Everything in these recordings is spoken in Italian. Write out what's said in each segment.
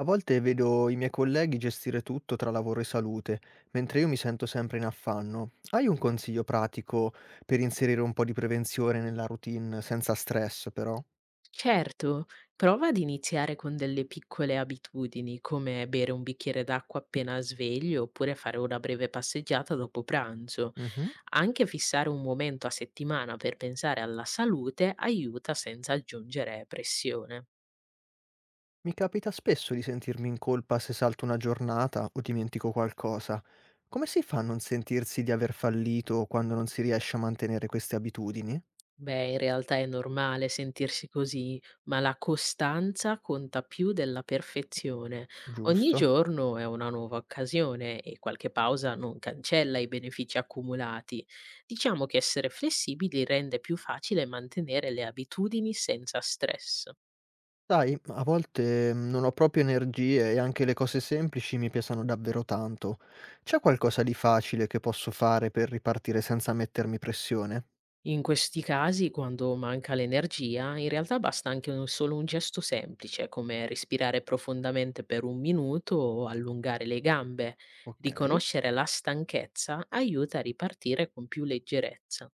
A volte vedo i miei colleghi gestire tutto tra lavoro e salute, mentre io mi sento sempre in affanno. Hai un consiglio pratico per inserire un po' di prevenzione nella routine senza stress, però? Certo, prova ad iniziare con delle piccole abitudini, come bere un bicchiere d'acqua appena sveglio oppure fare una breve passeggiata dopo pranzo. Mhm. Anche fissare un momento a settimana per pensare alla salute aiuta senza aggiungere pressione. Mi capita spesso di sentirmi in colpa se salto una giornata o dimentico qualcosa. Come si fa a non sentirsi di aver fallito quando non si riesce a mantenere queste abitudini? Beh, in realtà è normale sentirsi così, ma la costanza conta più della perfezione. Ogni Giusto? giorno è una nuova occasione e qualche pausa non cancella i benefici accumulati. Diciamo che essere flessibili rende più facile mantenere le abitudini senza stress. Sai, a volte non ho proprio energie e anche le cose semplici mi pesano davvero tanto. C'è qualcosa di facile che posso fare per ripartire senza mettermi pressione? In questi casi, quando manca l'energia, in realtà basta anche solo un gesto semplice, come respirare profondamente per un minuto o allungare le gambe. Ok. Riconoscere la stanchezza aiuta a ripartire con più leggerezza.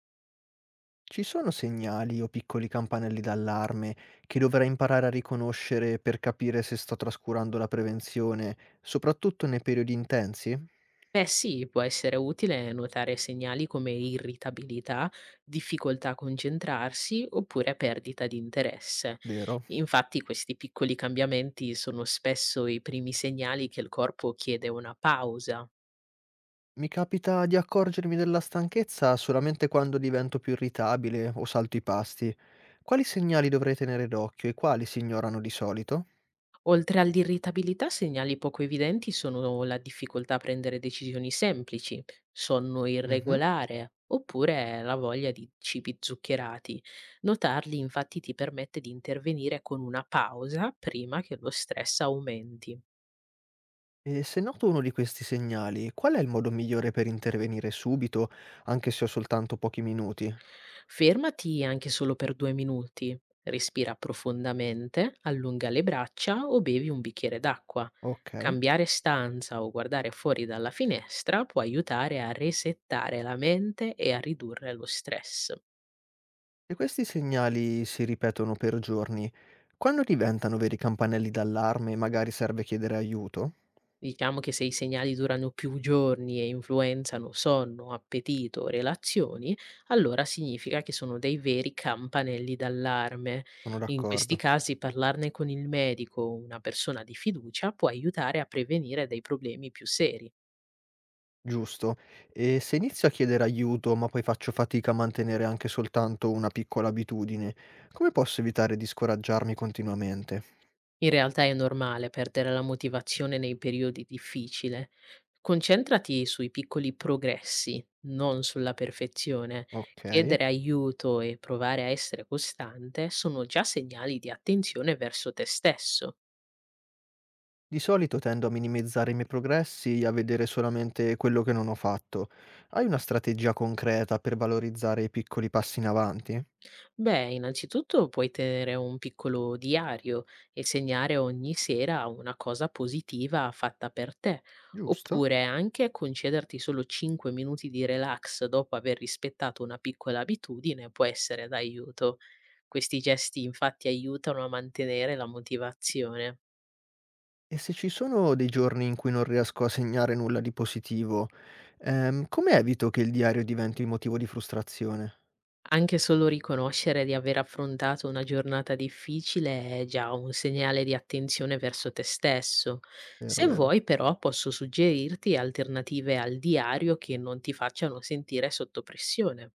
Ci sono segnali o piccoli campanelli d'allarme che dovrei imparare a riconoscere per capire se sto trascurando la prevenzione, soprattutto nei periodi intensi? Beh sì, può essere utile notare segnali come irritabilità, difficoltà a concentrarsi oppure perdita di interesse. Vero? Infatti questi piccoli cambiamenti sono spesso i primi segnali che il corpo chiede una pausa. Mi capita di accorgermi della stanchezza solamente quando divento più irritabile o salto i pasti. Quali segnali dovrei tenere d'occhio e quali si ignorano di solito? Oltre all'irritabilità, segnali poco evidenti sono la difficoltà a prendere decisioni semplici, sonno Mhm. irregolare oppure la voglia di cibi zuccherati. Notarli infatti ti permette di intervenire con una pausa prima che lo stress aumenti. E se noto uno di questi segnali, qual è il modo migliore per intervenire subito, anche se ho soltanto pochi minuti? Fermati anche solo per due minuti, respira profondamente, allunga le braccia o bevi un bicchiere d'acqua. Ok. Cambiare stanza o guardare fuori dalla finestra può aiutare a resettare la mente e a ridurre lo stress. Se questi segnali si ripetono per giorni, quando diventano veri campanelli d'allarme e magari serve chiedere aiuto? Diciamo che se i segnali durano più giorni e influenzano sonno, appetito, relazioni, allora significa che sono dei veri campanelli d'allarme. Sono In questi d'accordo. casi parlarne con il medico o una persona di fiducia può aiutare a prevenire dei problemi più seri. Giusto. E se inizio a chiedere aiuto, ma poi faccio fatica a mantenere anche soltanto una piccola abitudine, come posso evitare di scoraggiarmi continuamente? In realtà è normale perdere la motivazione nei periodi difficili. Concentrati sui piccoli progressi, non sulla perfezione. Ok. Chiedere aiuto e provare a essere costante sono già segnali di attenzione verso te stesso. Di solito tendo a minimizzare i miei progressi e a vedere solamente quello che non ho fatto. Hai una strategia concreta per valorizzare i piccoli passi in avanti? Beh, innanzitutto puoi tenere un piccolo diario e segnare ogni sera una cosa positiva fatta per te, Giusto. oppure anche concederti solo 5 minuti di relax dopo aver rispettato una piccola abitudine può essere d'aiuto. Questi gesti infatti aiutano a mantenere la motivazione. E se ci sono dei giorni in cui non riesco a segnare nulla di positivo, come evito che il diario diventi motivo di frustrazione? Anche solo riconoscere di aver affrontato una giornata difficile è già un segnale di attenzione verso te stesso. Vero, Se vero. vuoi, però, posso suggerirti alternative al diario che non ti facciano sentire sotto pressione.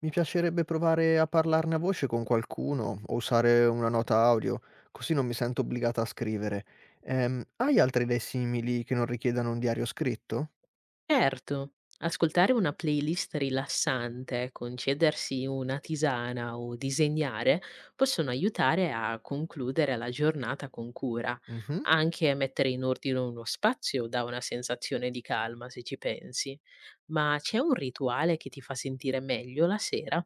Mi piacerebbe provare a parlarne a voce con qualcuno o usare una nota audio, così non mi sento obbligata a scrivere. Hai altre idee simili che non richiedano un diario scritto? Certo, ascoltare una playlist rilassante, concedersi una tisana o disegnare possono aiutare a concludere la giornata con cura. Mhm. Anche mettere in ordine uno spazio dà una sensazione di calma, se ci pensi. Ma c'è un rituale che ti fa sentire meglio la sera?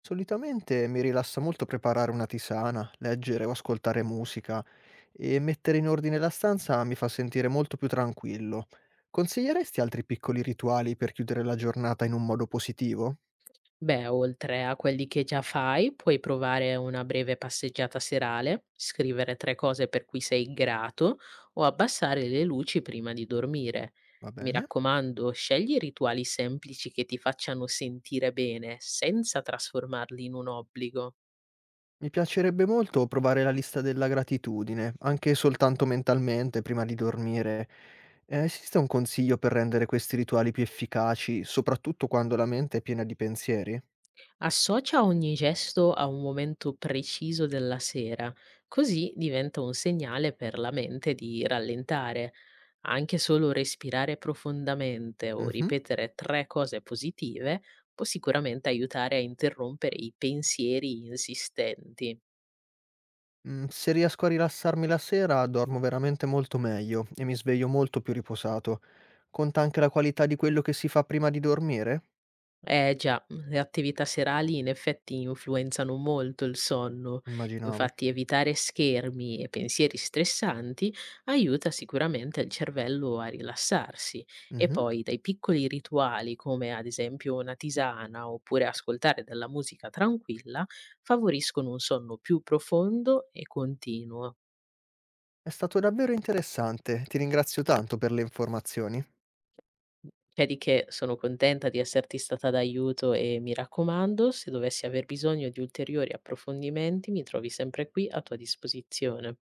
Solitamente mi rilassa molto preparare una tisana, leggere o ascoltare musica e mettere in ordine la stanza mi fa sentire molto più tranquillo. Consiglieresti altri piccoli rituali per chiudere la giornata in un modo positivo? Beh, oltre a quelli che già fai, puoi provare una breve passeggiata serale, scrivere tre cose per cui sei grato o abbassare le luci prima di dormire. Va Mi bene. raccomando, scegli rituali semplici che ti facciano sentire bene, senza trasformarli in un obbligo. Mi piacerebbe molto provare la lista della gratitudine, anche soltanto mentalmente, prima di dormire. Esiste un consiglio per rendere questi rituali più efficaci, soprattutto quando la mente è piena di pensieri? Associa ogni gesto a un momento preciso della sera, così diventa un segnale per la mente di rallentare. Anche solo respirare profondamente o Mhm. ripetere tre cose positive può sicuramente aiutare a interrompere i pensieri insistenti. Se riesco a rilassarmi la sera, dormo veramente molto meglio e mi sveglio molto più riposato. Conta anche la qualità di quello che si fa prima di dormire? Eh già, le attività serali in effetti influenzano molto il sonno. Immaginavo. Infatti evitare schermi e pensieri stressanti aiuta sicuramente il cervello a rilassarsi e Mhm. poi dai piccoli rituali, come ad esempio una tisana oppure ascoltare della musica tranquilla, favoriscono un sonno più profondo e continuo. È stato davvero interessante, ti ringrazio tanto per le informazioni. C'è di che sono contenta di esserti stata d'aiuto e mi raccomando, se dovessi aver bisogno di ulteriori approfondimenti, mi trovi sempre qui a tua disposizione.